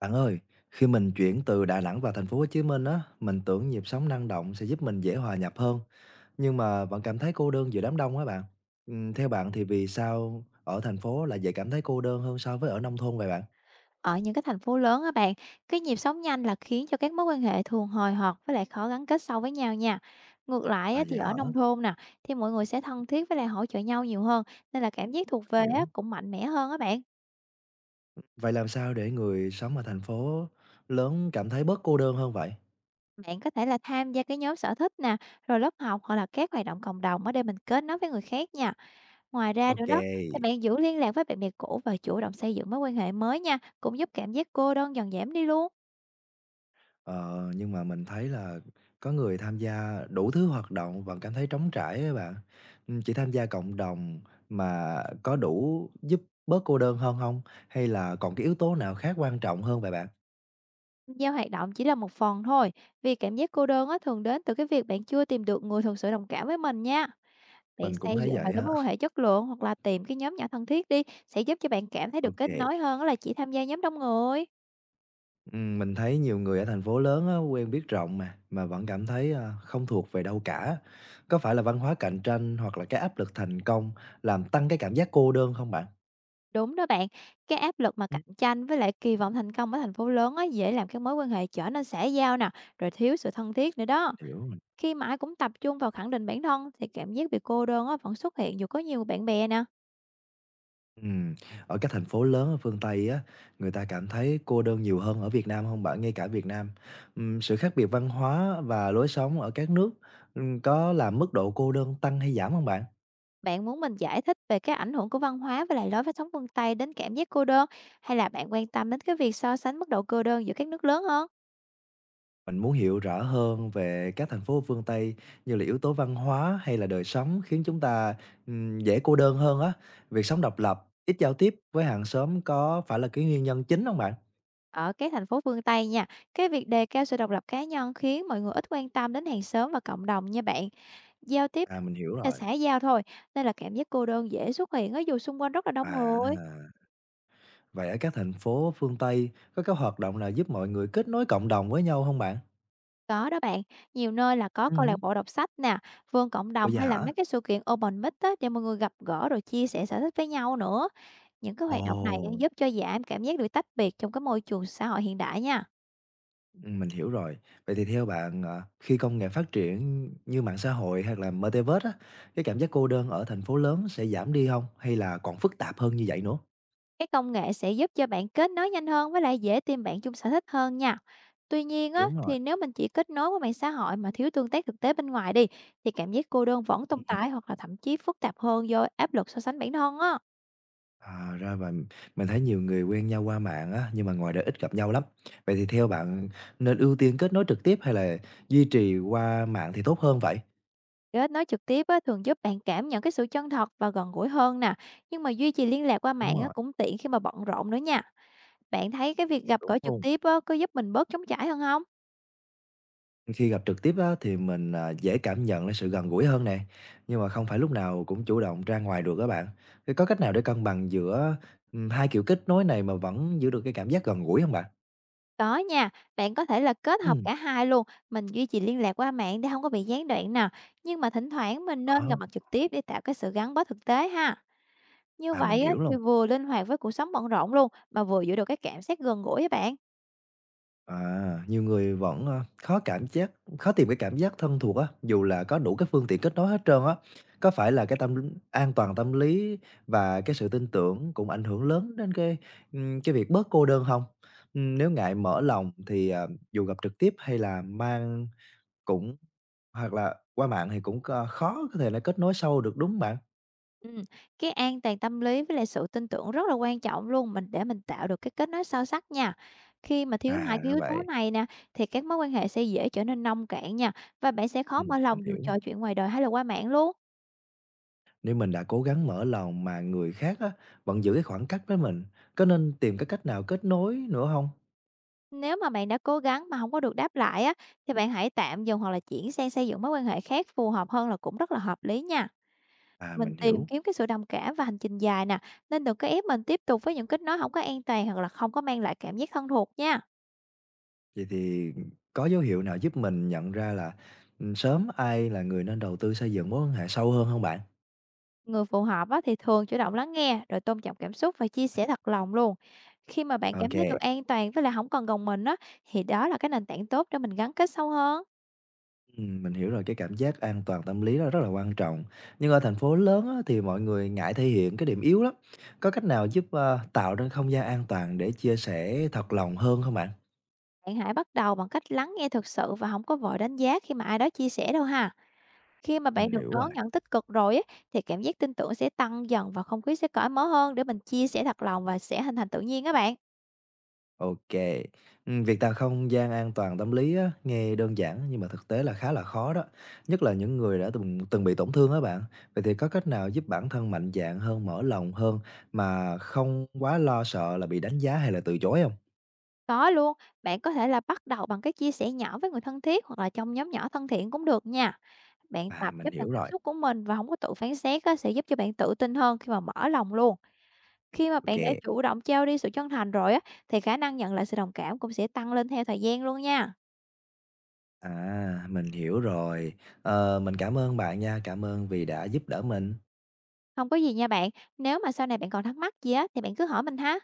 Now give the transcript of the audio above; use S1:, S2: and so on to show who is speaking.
S1: Bạn ơi, khi mình chuyển từ Đà Nẵng vào thành phố Hồ Chí Minh á, mình tưởng nhịp sống năng động sẽ giúp mình dễ hòa nhập hơn, nhưng mà vẫn cảm thấy cô đơn giữa đám đông á bạn. Theo bạn thì vì sao ở thành phố lại dễ cảm thấy cô đơn hơn so với ở nông thôn vậy bạn?
S2: Ở những cái thành phố lớn á bạn, cái nhịp sống nhanh là khiến cho các mối quan hệ thường hời hợt với lại khó gắn kết sâu với nhau nha. Ngược lại
S1: À
S2: á,
S1: vậy
S2: thì
S1: hả?
S2: ở nông thôn nè, thì mọi người sẽ thân thiết với lại hỗ trợ nhau nhiều hơn, nên là cảm giác thuộc về
S1: Mình
S2: á,
S1: hiểu.
S2: cũng mạnh mẽ hơn á bạn.
S1: Vậy làm sao để người sống ở thành phố lớn cảm thấy bớt cô đơn hơn vậy?
S2: Bạn có thể là tham gia cái nhóm sở thích nè, rồi lớp học hoặc là các hoạt động cộng đồng ở để mình kết nối với người khác nha. Ngoài ra
S1: Ok.
S2: nữa đó, thì bạn giữ liên lạc với bạn bè cũ và chủ động xây dựng mối quan hệ mới nha, cũng giúp cảm giác cô đơn dần giảm đi luôn.
S1: Ờ, nhưng mà mình thấy là có người tham gia đủ thứ hoạt động và cảm thấy trống trải ấy bạn. Chỉ tham gia cộng đồng mà có đủ giúp bớt cô đơn hơn không? Hay là còn cái yếu tố nào khác quan trọng hơn vậy bạn?
S2: Giao hoạt động chỉ là một phần thôi, vì cảm giác cô đơn á, thường đến từ cái việc bạn chưa tìm được người thực sự đồng cảm với mình nha. Bạn
S1: Mình cũng
S2: xây
S1: thấy
S2: dựng
S1: vậy
S2: vào cái
S1: á.
S2: mối quan hệ chất lượng hoặc là tìm cái nhóm nhỏ thân thiết đi sẽ giúp cho bạn cảm thấy
S1: Ok
S2: được kết
S1: kê.
S2: nối hơn á là chỉ tham gia nhóm đông người.
S1: Mình thấy nhiều người ở thành phố lớn á, quen biết rộng mà vẫn cảm thấy, a, không thuộc về đâu cả. Có phải là văn hóa cạnh tranh hoặc là cái áp lực thành công làm tăng cái cảm giác cô đơn không bạn?
S2: Đúng đó bạn, cái áp lực mà
S1: Ừm,
S2: cạnh tranh với lại kỳ vọng thành công ở thành phố lớn á, dễ làm các mối quan hệ trở nên xã giao nè, rồi thiếu sự thân thiết nữa đó.
S1: hiểu.
S2: Khi mà ai cũng tập trung vào khẳng định bản thân thì cảm giác bị cô đơn á, vẫn xuất hiện dù có nhiều bạn bè nè.
S1: Ừm, Ở các thành phố lớn ở phương Tây á, người ta cảm thấy cô đơn nhiều hơn ở Việt Nam không bạn? Ngay cả Việt Nam, sự khác biệt văn hóa và lối sống ở các nước, có làm mức độ cô đơn tăng hay giảm không bạn?
S2: Bạn muốn mình giải thích về cái ảnh hưởng của văn hóa và lại lối phát sóng phương Tây đến cảm giác cô đơn, hay là bạn quan tâm đến cái việc so sánh mức độ cô đơn giữa các nước lớn hơn?
S1: Mình muốn hiểu rõ hơn về các thành phố ở phương Tây như là yếu tố văn hóa hay là đời sống khiến chúng ta, dễ cô đơn hơn á. Việc sống độc lập, ít giao tiếp với hàng xóm có phải là cái nguyên nhân chính không bạn?
S2: Ở các thành phố phương Tây nha, cái việc đề cao sự độc lập cá nhân khiến mọi người ít quan tâm đến hàng xóm và cộng đồng nha bạn. Giao tiếp
S1: À, mình hiểu
S2: là
S1: rồi.
S2: xã giao thôi, nên là cảm giác cô đơn dễ xuất hiện ở dù xung quanh rất là đông
S1: À.
S2: người.
S1: Vậy ở các thành phố phương Tây có các hoạt động nào giúp mọi người kết nối cộng đồng với nhau không bạn?
S2: Có đó bạn, nhiều nơi là có câu lạc
S1: Hứm.
S2: bộ đọc sách nè, vườn cộng
S1: Ủa,
S2: đồng
S1: vậy
S2: hay là
S1: hả?
S2: mấy cái sự kiện open mic á, để mọi người gặp gỡ rồi chia sẻ sở thích với nhau nữa. Những cái
S1: Ồ,
S2: hoạt động này á, giúp cho giảm cảm giác được tách biệt trong cái môi trường xã hội hiện đại nha.
S1: mình hiểu rồi. Vậy thì theo bạn, ờ, khi công nghệ phát triển như mạng xã hội hoặc là Metaverse á, cái cảm giác cô đơn ở thành phố lớn sẽ giảm đi không? Hay là còn phức tạp hơn như vậy nữa?
S2: Cái công nghệ sẽ giúp cho bạn kết nối nhanh hơn với lại dễ tìm bạn chung sở thích hơn nha. Tuy nhiên á,
S1: Đúng rồi.
S2: thì nếu mình chỉ kết nối với mạng xã hội mà thiếu tương tác thực tế bên ngoài đi, thì cảm giác cô đơn vẫn tồn tại hoặc là thậm chí phức tạp hơn do áp lực so sánh bản thân á.
S1: À, ra vậy. Mình thấy nhiều người quen nhau qua mạng á, nhưng mà ngoài đời ít gặp nhau lắm. Vậy thì theo bạn nên ưu tiên kết nối trực tiếp hay là duy trì qua mạng thì tốt hơn vậy?
S2: Kết nối trực tiếp á, thường giúp bạn cảm nhận cái sự chân thật và gần gũi hơn nè, nhưng mà duy trì liên lạc qua
S1: Đúng
S2: mạng á,
S1: rồi,
S2: cũng tiện khi mà bận rộn nữa nha. Bạn thấy cái việc gặp
S1: đúng
S2: gỡ trực
S1: luôn.
S2: tiếp á, có giúp mình bớt trống trải hơn không?
S1: Khi gặp trực tiếp á, thì mình, à, dễ cảm nhận đến sự gần gũi hơn nè, nhưng mà không phải lúc nào cũng chủ động ra ngoài được các bạn. Thế có cách nào để cân bằng giữa, hai kiểu kết nối này mà vẫn giữ được cái cảm giác gần gũi không bạn?
S2: Có nha, bạn có thể là kết hợp
S1: Ừm,
S2: cả hai luôn, mình duy trì liên lạc qua mạng để không có bị gián đoạn nè, nhưng mà thỉnh thoảng mình nên gặp
S1: đó,
S2: mặt trực tiếp để tạo cái sự gắn bó thực tế ha. Như
S1: à, mình
S2: vậy á,
S1: hiểu
S2: thì
S1: rồi.
S2: vừa linh hoạt với cuộc sống bận rộn luôn mà vừa giữ được cái cảm giác gần gũi với bạn.
S1: À, nhiều người vẫn, a, khó cảm giác khó tìm cái cảm giác thân thuộc á, dù là có đủ các phương tiện kết nối hết trơn á. Có phải là cái tâm lý- an toàn tâm lý và cái sự tin tưởng cũng ảnh hưởng lớn đến cái việc bớt cô đơn không? Nếu ngại mở lòng thì, à, dù gặp trực tiếp hay là mang cũng hoặc là qua mạng thì cũng c khó có thể là kết nối sâu được, đúng hông bạn?
S2: Ừm, cái an toàn tâm lý với lại sự tin tưởng rất là quan trọng luôn, mình để mình tạo được cái kết nối sâu sắc nha. Khi mà thiếu hai
S1: À,
S2: cái
S1: ra
S2: yếu tố
S1: vậy,
S2: này nè, thì các mối quan hệ sẽ dễ trở nên nông cạn nha, và bạn sẽ khó mở
S1: mình
S2: lòng dù
S1: hiểu.
S2: trò chuyện ngoài đời hay là qua mạng luôn.
S1: Nếu mình đã cố gắng mở lòng mà người khác á, vẫn giữ cái khoảng cách với mình, có nên tìm cái cách nào kết nối nữa không?
S2: Nếu mà bạn đã cố gắng mà không có được đáp lại á, thì bạn hãy tạm dừng hoặc là chuyển sang xây dựng mối quan hệ khác phù hợp hơn là cũng rất là hợp lý nha.
S1: À,
S2: Mình
S1: mình
S2: tìm
S1: hiểu.
S2: kiếm cái sự đồng cảm và hành trình dài nè, nên đừng có ép mình tiếp tục với những kết nối không có an toàn hoặc là không có mang lại cảm giác thân thuộc nha.
S1: Vậy thì có dấu hiệu nào giúp mình nhận ra là, sớm ai là người nên đầu tư xây dựng mối quan hệ sâu hơn không bạn?
S2: Người phù hợp á, thì thường chủ động lắng nghe, rồi tôn trọng cảm xúc và chia sẻ thật lòng luôn. Khi mà bạn
S1: Ok
S2: cảm thấy
S1: kê,
S2: được an toàn với lại không còn gồng mình á, thì đó là cái nền tảng tốt để mình gắn kết sâu hơn.
S1: mình hiểu rồi, cái cảm giác an toàn tâm lý đó rất là quan trọng. Nhưng ở thành phố lớn á, thì mọi người ngại thể hiện cái điểm yếu lắm. Có cách nào giúp, ơ, tạo nên không gian an toàn để chia sẻ thật lòng hơn không bạn?
S2: Bạn hãy bắt đầu bằng cách lắng nghe thực sự và không có vội đánh giá khi mà ai đó chia sẻ đâu ha. Khi mà bạn
S1: Mình
S2: được
S1: hiểu rồi.
S2: đón nhận tích cực rồi á, thì cảm giác tin tưởng sẽ tăng dần và không khí sẽ cởi mở hơn để mình chia sẻ thật lòng và sẽ hình thành tự nhiên các bạn.
S1: OK, kê. Việc tạo không gian an toàn tâm lý á, nghe đơn giản nhưng mà thực tế là khá là khó đó, nhất là những người đã từng từng bị tổn thương á bạn. Vậy thì có cách nào giúp bản thân mạnh dạn hơn, mở lòng hơn mà không quá lo sợ là bị đánh giá hay là từ chối không?
S2: Có luôn, bạn có thể là bắt đầu bằng cái chia sẻ nhỏ với người thân thiết hoặc là trong nhóm nhỏ thân thiện cũng được nha. Bạn
S1: À,
S2: tập
S1: mình
S2: chấp nhận
S1: hiểu
S2: cảm
S1: rồi,
S2: xúc của mình và không có tự phán xét á, sẽ giúp cho bạn tự tin hơn khi mà mở lòng luôn. Khi mà bạn đã
S1: OK,
S2: chủ động trao đi sự chân thành rồi á, thì khả năng nhận lại sự đồng cảm cũng sẽ tăng lên theo thời gian luôn nha.
S1: à, mình hiểu rồi. Ờ, mình cảm ơn bạn nha, cảm ơn vì đã giúp đỡ mình.
S2: Không có gì nha bạn, nếu mà sau này bạn còn thắc mắc gì á, thì bạn cứ hỏi mình ha.